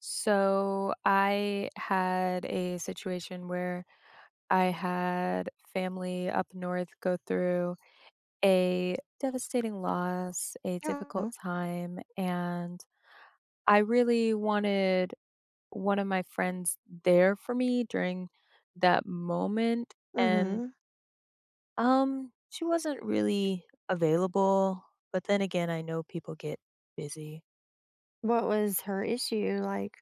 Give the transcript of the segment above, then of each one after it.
So I had a situation where I had family up north go through a devastating loss, a difficult Oh. time, and I really wanted one of my friends there for me during that moment, and Mhm. She wasn't really available, but then again, I know people get busy. What was her issue? Like,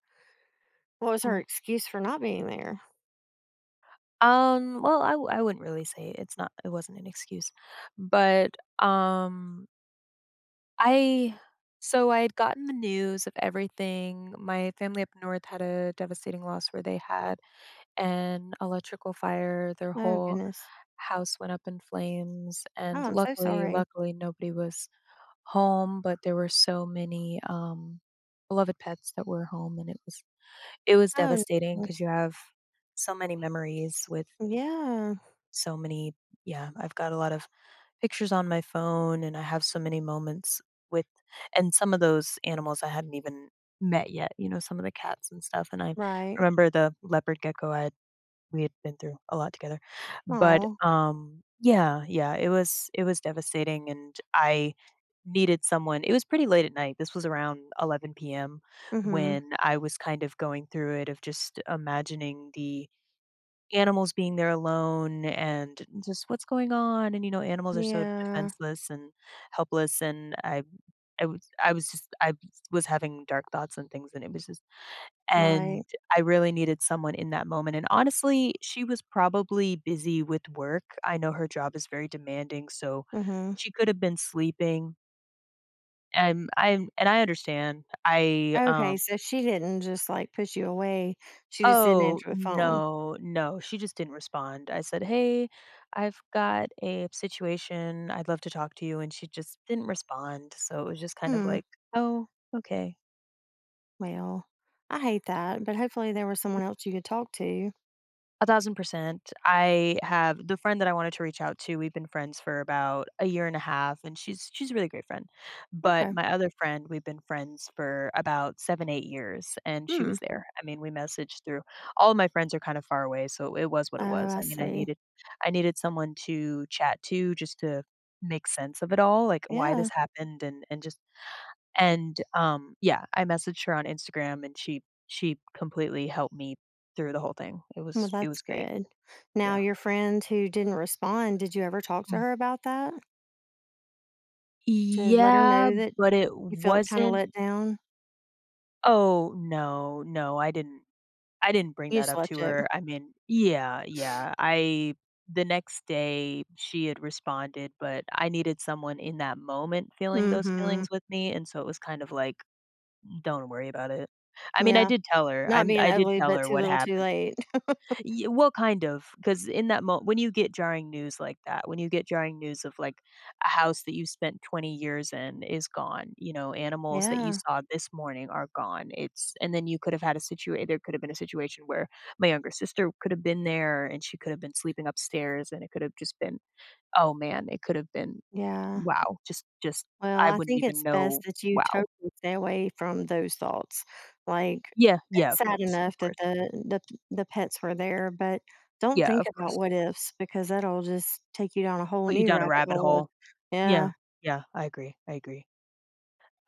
what was her excuse for not being there? Well, I wouldn't really say it wasn't an excuse, but, um, I so I had gotten the news of everything. My family up north had a devastating loss where they had an electrical fire. Their Oh, whole goodness. house went up in flames, Oh, and I'm so luckily, sorry. luckily, nobody was home, but there were so many, beloved pets that were home, and it was Oh, devastating no. because you have so many memories with. Yeah. So many Yeah, I've got a lot of pictures on my phone, and I have so many moments with and some of those animals I hadn't even met yet, you know, some of the cats and stuff. And I Right. remember the leopard gecko I had. We had been through a lot together. But, Oh. Yeah, yeah, it was devastating, and I needed someone. It was pretty late at night. This was around 11 p.m. Mhm. when I was kind of going through it, of just imagining the animals being there alone and just what's going on. And you know, animals are so Yeah. defenseless and helpless, and I was having dark thoughts and things. And it was just Right. and I really needed someone in that moment. And honestly, she was probably busy with work. I know her job is very demanding, so Mhm. she could have been sleeping. And i and i understand. I Okay, um so she didn't just, like, push you away. She just didn't Oh, answer the phone. no, no, she just didn't respond. I said, "Hey, I've got a situation. I'd love to talk to you," and she just didn't respond, so it was just kind of Hmm. like, "Oh, okay." Well, I hate that, but hopefully there was someone else you could talk to. 1,000%. I have the friend that I wanted to reach out to. We've been friends for about a year and a half, and she's a really great friend. But Okay. my other friend, we've been friends for about 7, 8 years, and she Hmm. was there. I mean, we messaged through. All of my friends are kind of far away, so it was what it Oh, was. I I mean, see. I needed someone to chat to, just to make sense of it all, like why Yeah. this happened. Yeah, I messaged her on Instagram, and she completely helped me through the whole thing. It Well, was it that's was great. good. Now, Yeah. your friend who didn't respond, did you ever talk to Mm. her about that to let her Yeah, know that but it you felt kind of wasn't let down? oh, no, no, I didn't bring You that just up left to it. her. I mean, yeah, yeah, I the next day, she had responded, but I needed someone in that moment feeling those Mhm. feelings with me, and so it was kind of like, "Don't worry about it." I mean, I Yeah. did tell her. Not being I did ugly, tell but her too what little, too happened. late. Y Well, kind of? Because in that moment, when you get jarring news like that, when you get jarring news of, like, a house that you spent 20 years in is gone, you know, animals that you Yeah. saw this morning are gone, it's and then you could have had a situation. There could have been a situation where my younger sister could have been there, and she could have been sleeping upstairs, and it could have just been, oh, man, it could have been, Yeah. wow, just Well, I I wouldn't think even it's best know. that you Wow. totally stay away from those thoughts. Like, Yeah, yeah, it's of sad course, of enough that course. The the pets were there, but don't Yeah, think of about course. what ifs because that'll just take you down a whole Put you new down a rabbit rabbit hole of hole. Yeah, yeah, yeah, I agree, I agree.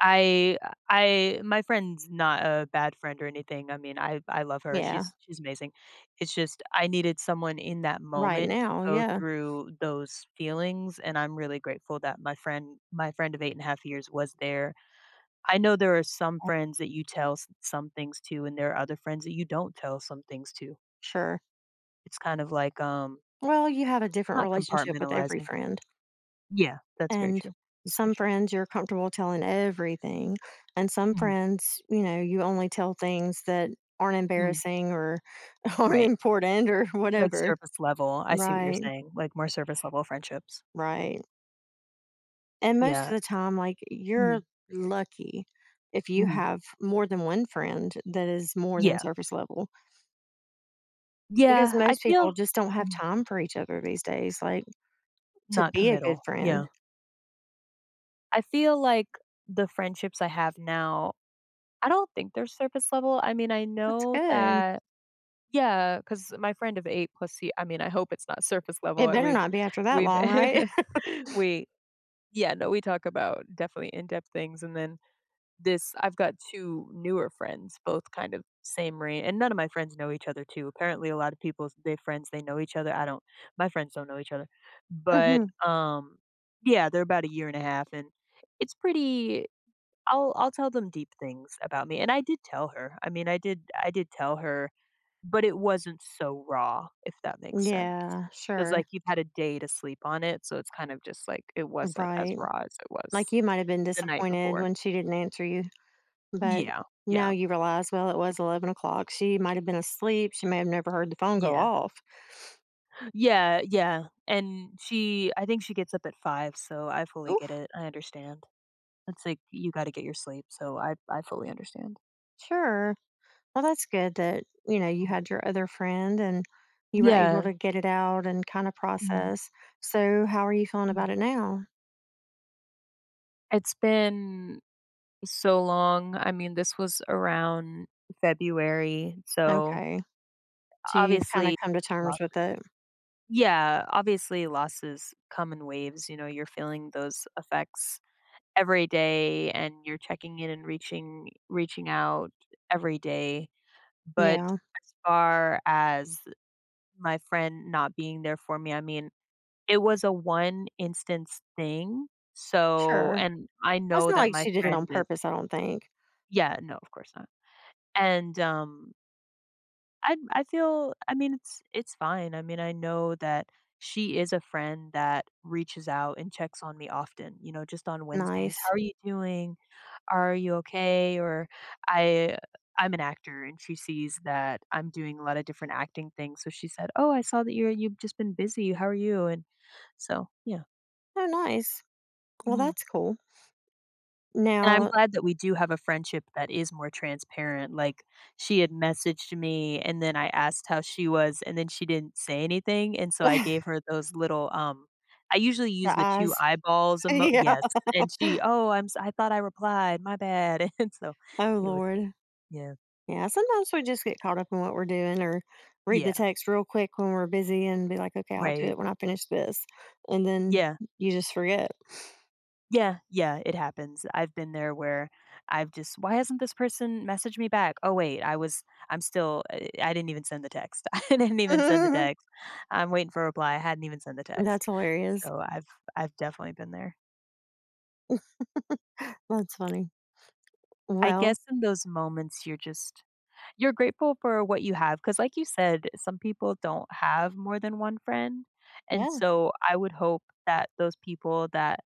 I I My friend's not a bad friend or anything. I mean, I love her. yeah. She's amazing. It's just I needed someone in that Right moment to now, go yeah, through those feelings, and I'm really grateful that my friend of 8.5 years was there. I know there are some friends that you tell some things to, and there are other friends that you don't tell some things to. sure. It's kind of like, Well, you have a different not relationship with every compartmentalizing. friend. Yeah, that's very And true. That's very some true. friends you're comfortable telling everything. And some Hmm. friends, you know, you only tell things that aren't Mm, embarrassing or aren't right. important or Like, whatever. surface level. I see what you're Right, saying, like, more surface level friendships. right. And most Yeah. of the time, like, you're Mhm, lucky if you mhm. have more than one friend that is more than Yeah. surface level because Yeah, I most feel. people just don't have Mhm. time for each other these days, like, to Not be a good committal. friend. Yeah. I feel like the friendships I have now, I don't think they're surface level. I mean, I That's know good. that. Yeah, because my friend of 8 plus he I mean, I hope it's not surface level, It and better we've not be after that we've long, right? we. Yeah, no, we talk about definitely in-depth things, and then this, I've got 2 newer friends, both kind of same reign, and none of my friends know each other too. Apparently a lot of people, they friends, they know each other. I don't My friends don't know each other. But, Mhm. Yeah, they're about a year and a half, and it's pretty. I'll tell them deep things about me, and I did tell her. I mean, I did tell her, but it wasn't so raw, if that makes sense. Yeah, Because sure. like, you've had a day to sleep on it, so it's kind of just, like, it wasn't as Right. raw as it Like, was you might have been the night disappointed before. when she didn't answer you, but Yeah, now yeah. you realize, well, it was 11 o'clock. She might have been asleep. She may have never heard the phone go Yeah. off. Yeah, yeah, and she, I think she gets up at 5, so I fully get Oof, it, I understand. It's like, you gotta get your sleep, so I fully understand. sure. Well, that's good that, you know, you Mhm. had your other friend and you were able Yeah. to get it out and kinda Mhm, process. So, how are you feeling mm. about it now? It's been so long. I mean, this was around February, so Okay. So you've kinda obviously come to terms losses. with it. Yeah, obviously losses come in waves, you know, you're feeling those effects every day, and you're checking in and reaching out every day. But Yeah, as far as my friend not being there for me, I mean, it was a one instance thing. So, sure. and I Well, it's know not that like my she did it on friend is. purpose, I don't think. Yeah, no, of course not. And I feel, I mean, it's fine. I mean, I know that she is a friend that reaches out and checks on me often, you know, just on Wednesdays. Nice. How are you doing? "Are you okay?" or I I'm an actor, and she sees that I'm doing a lot of different acting things, so she said, "Oh, I saw that you've just been busy. How are you?" And so, yeah. Oh, nice. Well, Mhm. that's cool. And I'm Now glad that we do have a friendship that is more transparent. Like, she had messaged me, and then I asked how she was, and then she didn't say anything, and so I the gave her those little, I usually use the 2 eyes. eyeballs emo. Yeah. Yes, and she, "Oh, I thought I replied, my bad." And so Oh, it was, Lord. yeah. Yeah, sometimes we just get caught up in what we're doing or read the Yeah. text real quick when we're busy and be like, "Okay, I'll do Right. it when I finish this." And then Yeah. you just forget. Yeah, yeah, it happens. I've been there where why hasn't this person messaged me back? Oh, wait, I was, I'm still, I didn't even send the text. I didn't even send the text. I'm waiting for a reply. I hadn't even sent the text. That's hilarious. So I've definitely been there. That's funny. I Well, guess in those moments, you're grateful for what you have. Cause like you said, some people don't have more than one friend. And yeah, so I would hope that those people that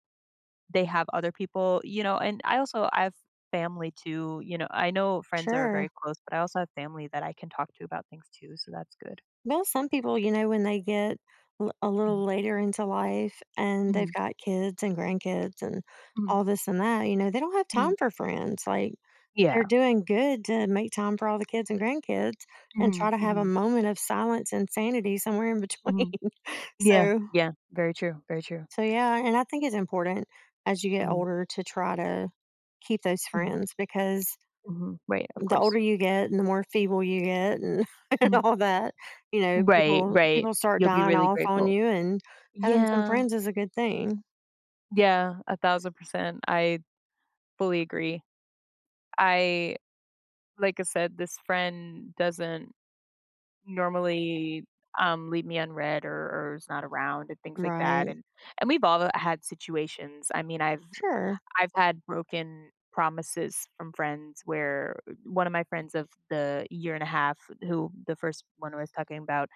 they have other people, you know. And I have family too, you know. I know friends are sure. very close, but I also have family that I can talk to about things too, so that's good. Well, some people, you know, when they get l- a little Mhm, later into life and they've mhm, got kids and grandkids and mhm, all this and that, you know, they don't have time mhm. for friends. Like they're Yeah. doing good to make time for all the kids and grandkids and Mhm, try to have a mhm, moment of silence and sanity somewhere in mhm. between. Yeah, So, yeah, very true, very true. so yeah, and I think it's important as you get Mhm, older to try to keep those mhm, friends because mhm. Right, of the older course. you get and the more feeble you get and and Mhm. all that, you know, Right, people right. people start You'll be dying really off on grateful. you, and having some Yeah, friends is a good thing. yeah, 1,000%. I fully agree. I Like I said, this friend doesn't normally, leave me unread or is not around and things like that. Right. And we've all had situations. I mean, Sure. I've had broken promises from friends where, one of my friends of the year and a half, who the first one I was talking about,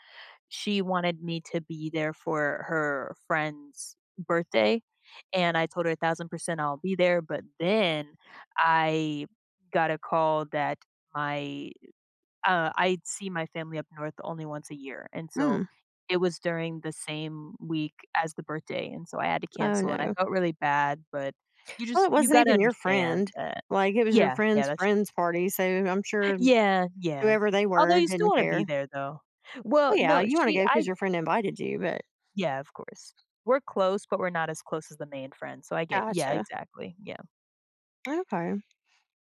she wanted me to be there for her friend's birthday, and I told her 1,000% I'll be there, but then I got a call that my I'd see my family up north only once a year, and so Mm. it was during the same week as the birthday, and so I had to Oh, cancel, and I no. felt really bad, but you Well, it just you wasn't gotta even your understand friend. that. Like, it was your Yeah, yeah, friend's that's friend's party, so I'm sure yeah, yeah. whoever they Although were you still didn't wanna be care. there, though. Well, Well, yeah, no, you wanna go she go because I. your friend invited you, but Yeah, of course. We're close, but we're not as close as the main friend, so I get. Yeah, gotcha. exactly, yeah. Okay.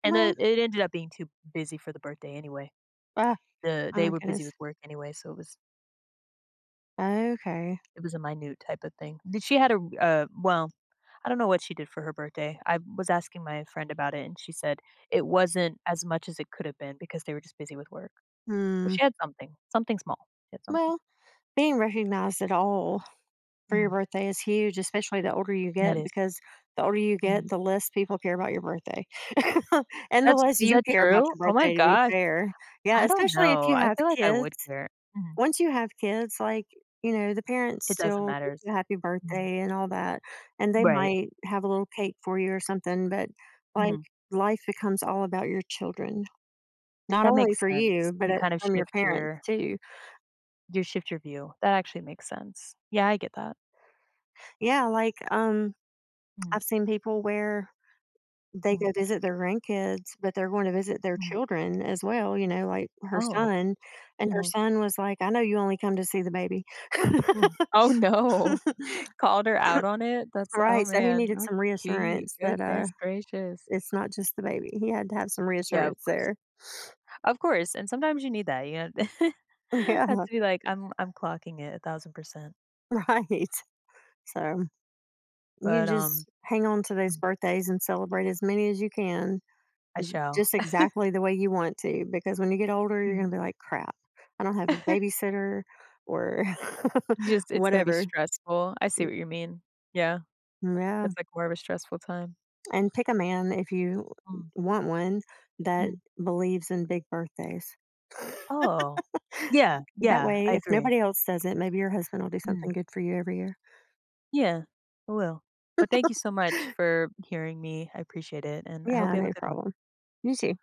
And Well, the it ended up being too busy for the birthday anyway. ah, oh They my were busy goodness. with work anyway, so it was. Okay. It was a minute type of thing. Did she had a, well, I don't know what she did for her birthday. I was asking my friend about it, and she said it wasn't as much as it could have been because they were just busy with work. But Hmm. she had something, something small. She had something. Well, being recognized at all for your Mhm. birthday is huge, especially the older you That get, is. because the older you Mhm. get, the less people care about your birthday. And the That's, less is you that care about true? your Oh my birthday, to be gosh. fair. Yeah, I don't especially if know. you I have feel like I kids. would care. Mhm. Once you have kids, like, you know, the parents It doesn't still wish matter. you a happy Mhm. birthday and all that, and they Right. might have a little cake for you or something, but, like, Mhm. life becomes all about your children. Not That only makes for you, sense. but You it kind of from your shift parents your. too. You Shift your view. That actually makes sense. Yeah, I get that. Yeah, like, Mhm. I've seen people wear They go Mhm. visit their grandkids, but they're going to visit their Mhm. children as well, you know, like her Oh. son, and her Mhm. son was like, "I know you only come to see the baby." Mm. Oh, no. Called her out on it? That's, oh, Right, so he man. needed Oh, some gee, reassurance that, goodness gracious. it's not just the baby. He had to have some Yeah, of reassurance course. there. Of course, and sometimes you need that, you know? Have Yeah, to be like, I'm clocking it 1,000%, right. So, you but, just hang on to those Mm. birthdays and celebrate as many as you can, I shall." just exactly the way you want to, because when you get older, you're Mm. gonna be like, "Crap, I don't have a babysitter," or Just, it's gonna be whatever. stressful. I see what you mean. Yeah, Yeah, it's, like, more of a stressful time. and pick a man if you Mm, want one that mm. believes in big birthdays. Oh. Yeah, That yeah, way, I if agree. nobody else does it, maybe your husband will do something Mm. good for you every year. Yeah, I will. Well, thank you so much for hearing me. I appreciate it, and I hope Yeah, you have a no good one. problem. You too.